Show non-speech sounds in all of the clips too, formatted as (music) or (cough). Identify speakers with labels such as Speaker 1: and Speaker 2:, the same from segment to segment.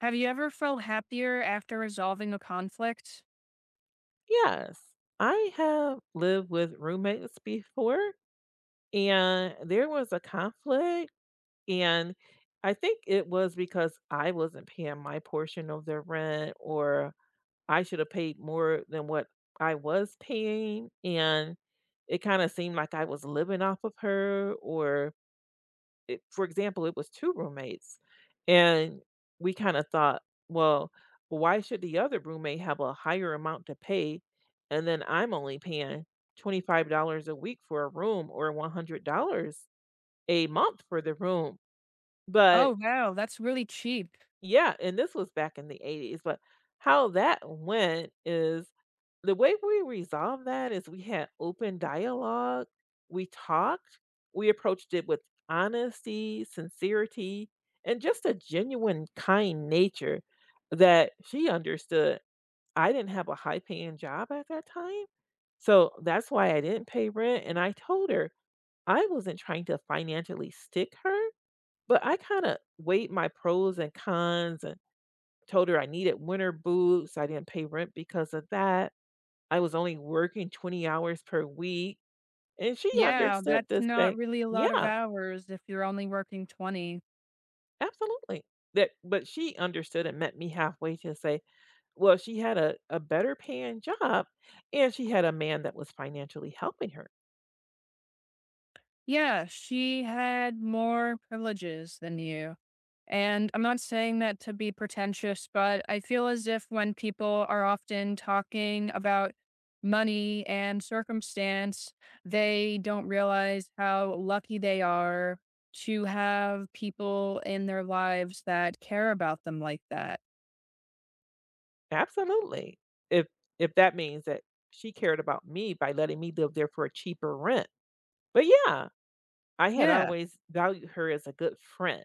Speaker 1: Have you ever felt happier after resolving a conflict?
Speaker 2: Yes. I have lived with roommates before, and there was a conflict, and I think it was because I wasn't paying my portion of their rent, or I should have paid more than what I was paying, and it kinda seemed like I was living off of her, or it, for example, it was 2 roommates, and we kinda thought, "Well, why should the other roommate have a higher amount to pay, and then I'm only paying $25 a week for a room or $100 a month for the room?" But
Speaker 1: Oh, wow, that's really cheap.
Speaker 2: yeah, and this was back in the 80s, but how that went is the way we resolved that is we had open dialogue, we talked, we approached it with honesty, sincerity, and just a genuine kind nature that she understood. I didn't have a high paying job at that time. So that's why I didn't pay rent. And I told her I wasn't trying to financially stick her, but I kind of weighed my pros and cons and told her I needed winter boots. I didn't pay rent because of that. I was only working 20 hours per week. And she
Speaker 1: Yeah,
Speaker 2: understood
Speaker 1: that's
Speaker 2: to
Speaker 1: not
Speaker 2: say,
Speaker 1: really a lot of
Speaker 2: yeah,
Speaker 1: hours if you're only working 20.
Speaker 2: absolutely. That, but she understood and met me halfway to say, well, she had a better paying job, and she had a man that was financially helping her.
Speaker 1: Yeah, she had more privileges than you. And I'm not saying that to be pretentious, but I feel as if when people are often talking about money and circumstance, they don't realize how lucky they are to have people in their lives that care about them like that.
Speaker 2: Absolutely. If if that means that she cared about me by letting me live there for a cheaper rent. But yeah, I had
Speaker 1: Yeah,
Speaker 2: always valued her as a good friend.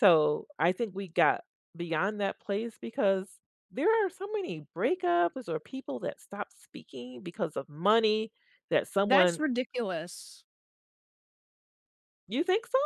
Speaker 2: So, I think we got beyond that place because there are so many breakups or people that stop speaking because of money that
Speaker 1: that's
Speaker 2: someone.
Speaker 1: ridiculous.
Speaker 2: You think so?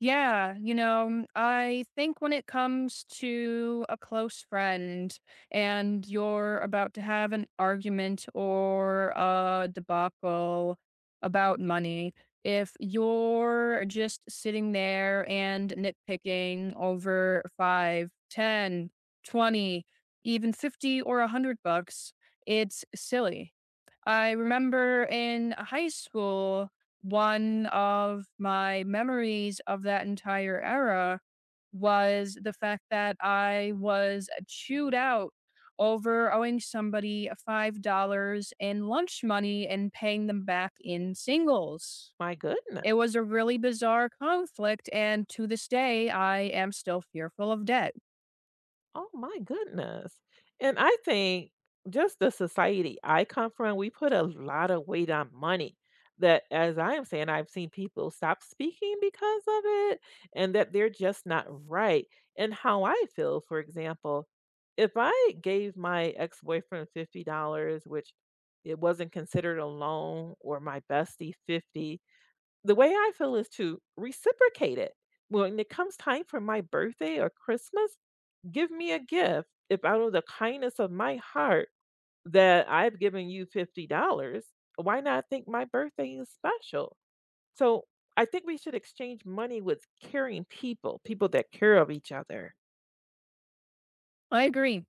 Speaker 1: Yeah, you know, I think when it comes to a close friend and you're about to have an argument or a debacle about money, if you're just sitting there and nitpicking over five, ten, 20, even 50 or a $100, it's silly. I remember in high school, one of my memories of that entire era was the fact that I was chewed out over owing somebody $5 in lunch money and paying them back in singles.
Speaker 2: My goodness.
Speaker 1: It was a really bizarre conflict, and to this day, I am still fearful of debt.
Speaker 2: Oh my goodness. And I think just the society I come from, we put a lot of weight on money. That, as I am saying, I've seen people stop speaking because of it, and that they're just not right. And how I feel, for example, if I gave my ex boyfriend $50, which it wasn't considered a loan, or my bestie 50, the way I feel is to reciprocate it. When it comes time for my birthday or Christmas, give me a gift. If out of the kindness of my heart that I've given you $50, why not think my birthday is special? So I think we should exchange money with caring people, people that care of each other.
Speaker 1: I agree.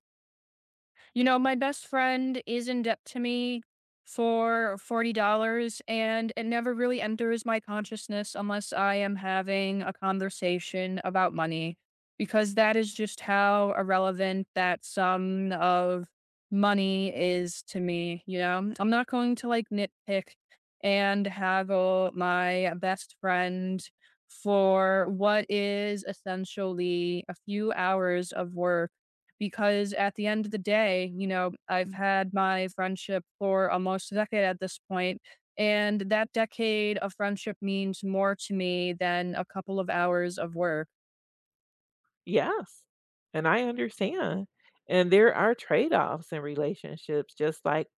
Speaker 1: You know, my best friend is in debt to me for $40, and it never really enters my consciousness unless I am having a conversation about money, because that is just how irrelevant that sum of money is to me. You know, I'm not going to like nitpick and haggle my best friend for what is essentially a few hours of work because at the end of the day, you know, I've had my friendship for almost a decade at this point, and that decade of friendship means more to me than a couple of hours of work.
Speaker 2: Yes. And I understand. And there are trade offs in relationships, just like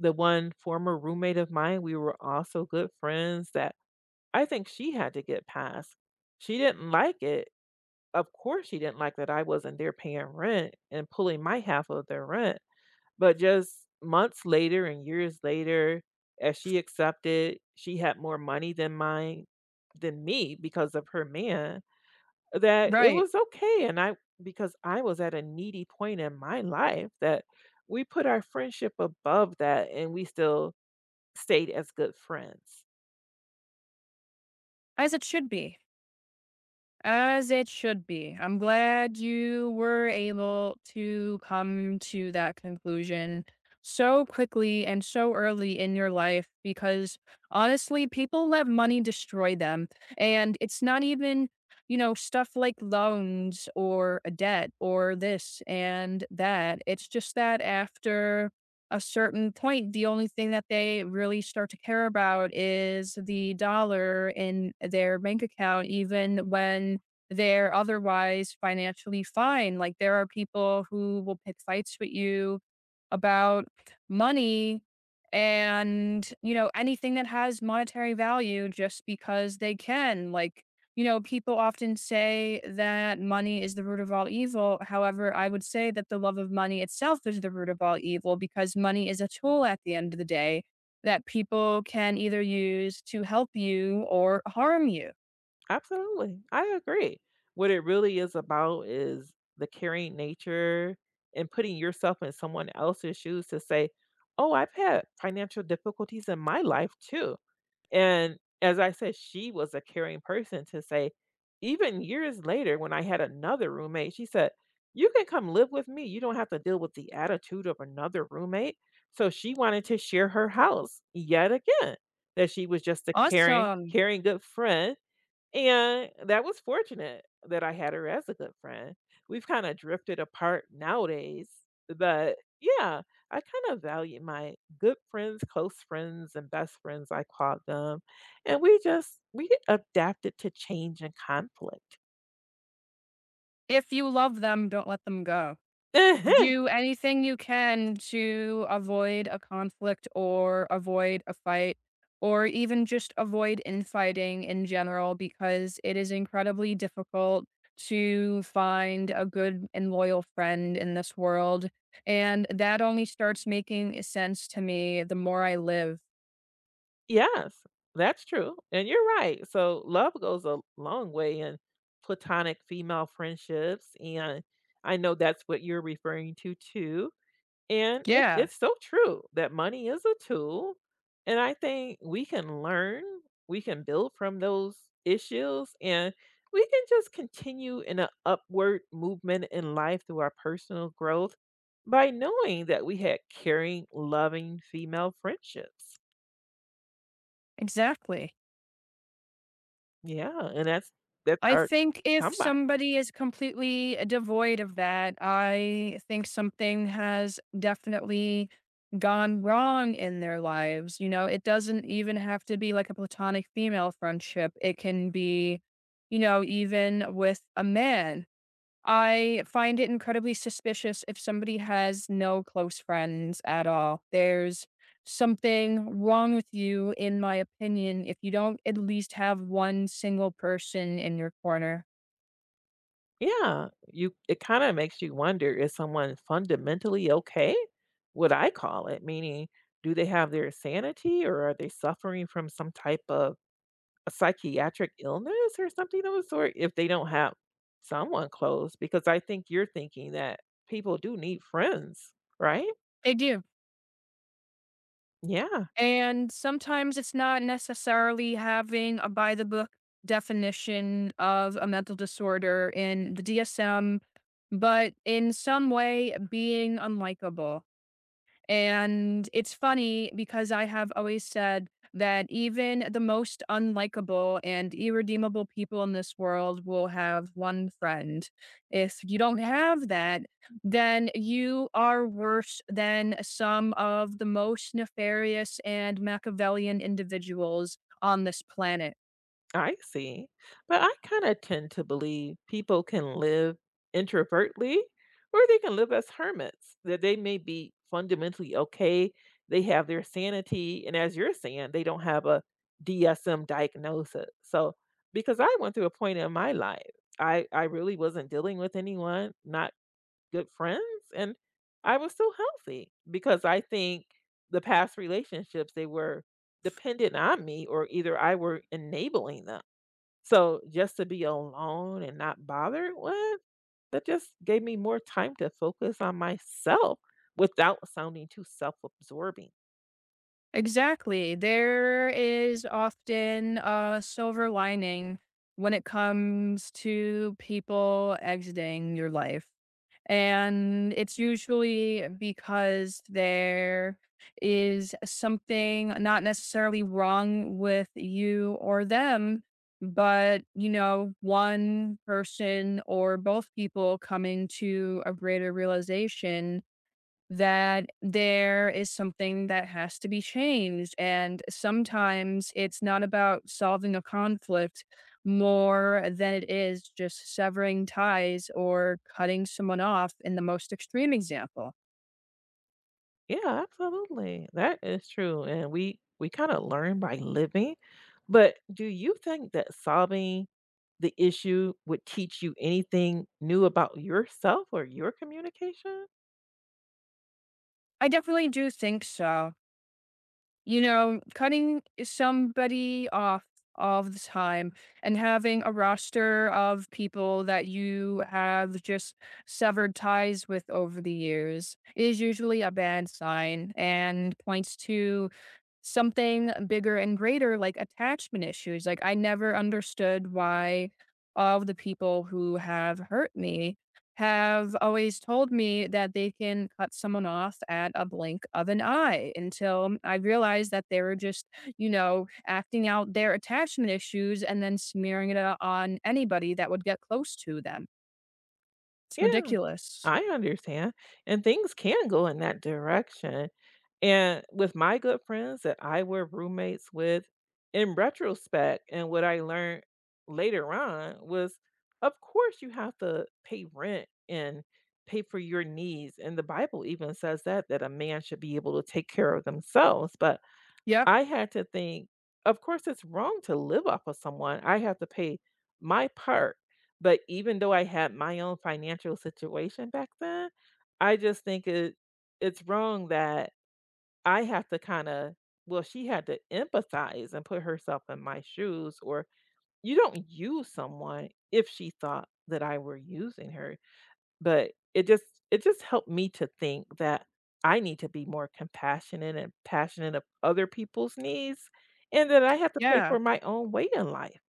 Speaker 2: the one former roommate of mine. We were also good friends that I think she had to get past. She didn't like it. Of course, she didn't like that I wasn't there paying rent and pulling my half of their rent, but just months later and years later, as she accepted, she had more money than mine, than me, because of her man, that it
Speaker 1: Right.
Speaker 2: was okay, and I, because I was at a needy point in my life that we put our friendship above that, and we still stayed as good friends.
Speaker 1: As it should be. As it should be. I'm glad you were able to come to that conclusion so quickly and so early in your life because honestly, people let money destroy them. And it's not even, you know, stuff like loans or a debt or this and that. It's just that after a certain point, the only thing that they really start to care about is the dollar in their bank account, even when they're otherwise financially fine. Like there are people who will pick fights with you about money and you know anything that has monetary value just because they can like you know, people often say that money is the root of all evil. However, I would say that the love of money itself is the root of all evil because money is a tool at the end of the day that people can either use to help you or harm you.
Speaker 2: Absolutely, I agree. What it really is about is the caring nature and putting yourself in someone else's shoes to say, "Oh, I've had financial difficulties in my life too." And as I said, she was a caring person to say, even years later, when I had another roommate, she said, "You can come live with me. You don't have to deal with the attitude of another roommate." So she wanted to share her house yet again, that she was just a caring,
Speaker 1: Awesome.
Speaker 2: caring good friend, and that was fortunate that I had her as a good friend. We've kinda drifted apart nowadays, but yeah, I kinda value my good friends, close friends, and best friends, I called them, and we just we adapted to change and conflict.
Speaker 1: If you love them, don't let them go. Do
Speaker 2: (laughs)
Speaker 1: anything you can to avoid a conflict or avoid a fight or even just avoid infighting in general because it is incredibly difficult to find a good and loyal friend in this world. And that only starts making sense to me the more I live.
Speaker 2: Yes, that's true, and you're right. So love goes a long way in platonic female friendships, and I know that's what you're referring to too. And it
Speaker 1: Yeah,
Speaker 2: it's so true that money is a tool, and I think we can learn, we can build from those issues, and we can just continue in an upward movement in life through our personal growth by knowing that we had caring, loving female friendships.
Speaker 1: exactly.
Speaker 2: Yeah, and that's
Speaker 1: I
Speaker 2: hard
Speaker 1: think
Speaker 2: to
Speaker 1: if
Speaker 2: come by.
Speaker 1: somebody is completely devoid of that, I think something has definitely gone wrong in their lives. You know, it doesn't even have to be like a platonic female friendship, it can be, you know, even with a man. I find it incredibly suspicious if somebody has no close friends at all. There's something wrong with you, in my opinion, if you don't at least have one single person in your corner.
Speaker 2: Yeah, you, it kinda makes you wonder, is someone fundamentally okay? What I call it? Meaning, do they have their sanity, or are they suffering from some type of a psychiatric illness or something of the sort if they don't have someone close? Because I think you're thinking that people do need friends, right?
Speaker 1: They do.
Speaker 2: Yeah.
Speaker 1: And sometimes it's not necessarily having a by the book definition of a mental disorder in the DSM, but in some way being unlikable. And it's funny because I have always said that even the most unlikable and irredeemable people in this world will have one friend. If you don't have that, then you are worse than some of the most nefarious and Machiavellian individuals on this planet.
Speaker 2: I see. But I kind of tend to believe people can live introvertly, or they can live as hermits, that they may be fundamentally okay. They have their sanity. And as you're saying, they don't have a DSM diagnosis. So, because I went through a point in my life, I really wasn't dealing with anyone, not good friends. And I was still healthy because I think the past relationships, they were dependent on me, or either I were enabling them. So just to be alone and not bothered, what? That just gave me more time to focus on myself without sounding too self-absorbing.
Speaker 1: Exactly. There is often a silver lining when it comes to people exiting your life. And it's usually because there is something not necessarily wrong with you or them, but, you know, one person or both people coming to a greater realization that there is something that has to be changed. And sometimes it's not about solving a conflict more than it is just severing ties or cutting someone off in the most extreme example.
Speaker 2: Yeah, absolutely. That is true. And we kind of learn by living. But do you think that solving the issue would teach you anything new about yourself or your communication?
Speaker 1: I definitely do think so. You know, cutting somebody off all the time and having a roster of people that you have just severed ties with over the years is usually a bad sign and points to something bigger and greater like attachment issues. Like I never understood why all of the people who have hurt me have always told me that they can cut someone off at a blink of an eye until I realized that they were just, you know, acting out their attachment issues and then smearing it out on anybody that would get close to them. It's
Speaker 2: Yeah.
Speaker 1: ridiculous.
Speaker 2: I understand, and things can go in that direction, and with my good friends that I were roommates with, in retrospect and what I learned later on was, of course, you have to pay rent and pay for your needs, and the Bible even says that, that a man should be able to take care of themselves, but
Speaker 1: Yep.
Speaker 2: I had to think, of course, it's wrong to live off of someone. I have to pay my part. But even though I had my own financial situation back then, I just think it's wrong that I have to kind of, well, she had to empathize and put herself in my shoes, or you don't use someone if she thought that I were using her. But it just helped me to think that I need to be more compassionate and passionate of other people's needs, and that I have to pay
Speaker 1: Yeah.
Speaker 2: for my own way in life.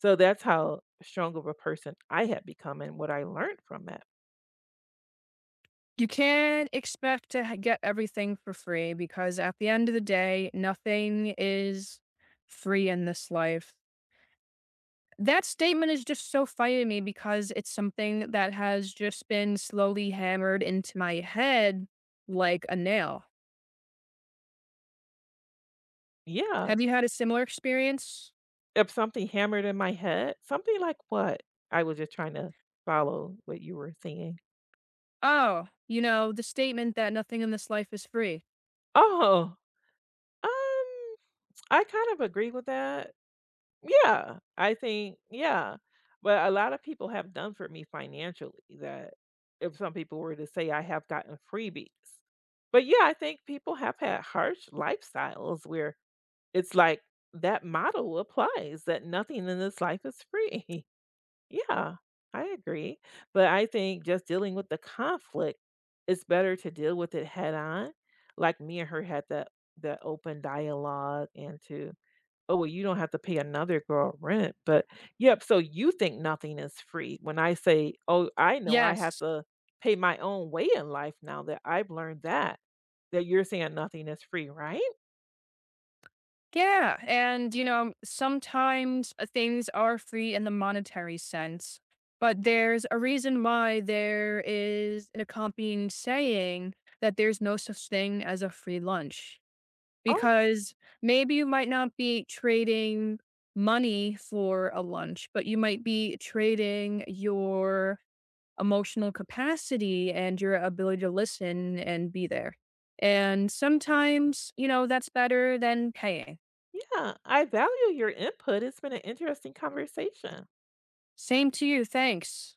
Speaker 2: So that's how strong of a person I had become and what I learned from it.
Speaker 1: You can't expect to get everything for free because at the end of the day, nothing is free in this life. That statement is just so funny to me because it's something that has just been slowly hammered into my head like a nail.
Speaker 2: Yeah,
Speaker 1: Have you had a similar experience?
Speaker 2: if something hammered in my head, something like what? I was just trying to follow what you were saying.
Speaker 1: Oh, you know, the statement that nothing in this life is free.
Speaker 2: Oh, um, I kind of agree with that. Yeah, I think yeah, but a lot of people have done for me financially that if some people were to say I have gotten freebies. But yeah, I think people have had harsh lifestyles where it's like that model applies that nothing in this life is free. (laughs) Yeah, I agree. But I think just dealing with the conflict, it's better to deal with it head on. Like me and her had that open dialogue and to, oh, well, you don't have to pay another girl rent, but yep, so you think nothing is free. When I say, "Oh, I know I have
Speaker 1: Yes.
Speaker 2: to pay my own way in life now that I've learned that," that you're saying nothing is free, right?
Speaker 1: Yeah, and you know, sometimes things are free in the monetary sense, but there's a reason why there is an accompanying saying that there's no such thing as a free lunch
Speaker 2: Oh,
Speaker 1: because maybe you might not be trading money for a lunch, but you might be trading your emotional capacity and your ability to listen and be there. And sometimes, you know, that's better than paying.
Speaker 2: yeah, I value your input. It's been an interesting conversation.
Speaker 1: Same to you. Thanks.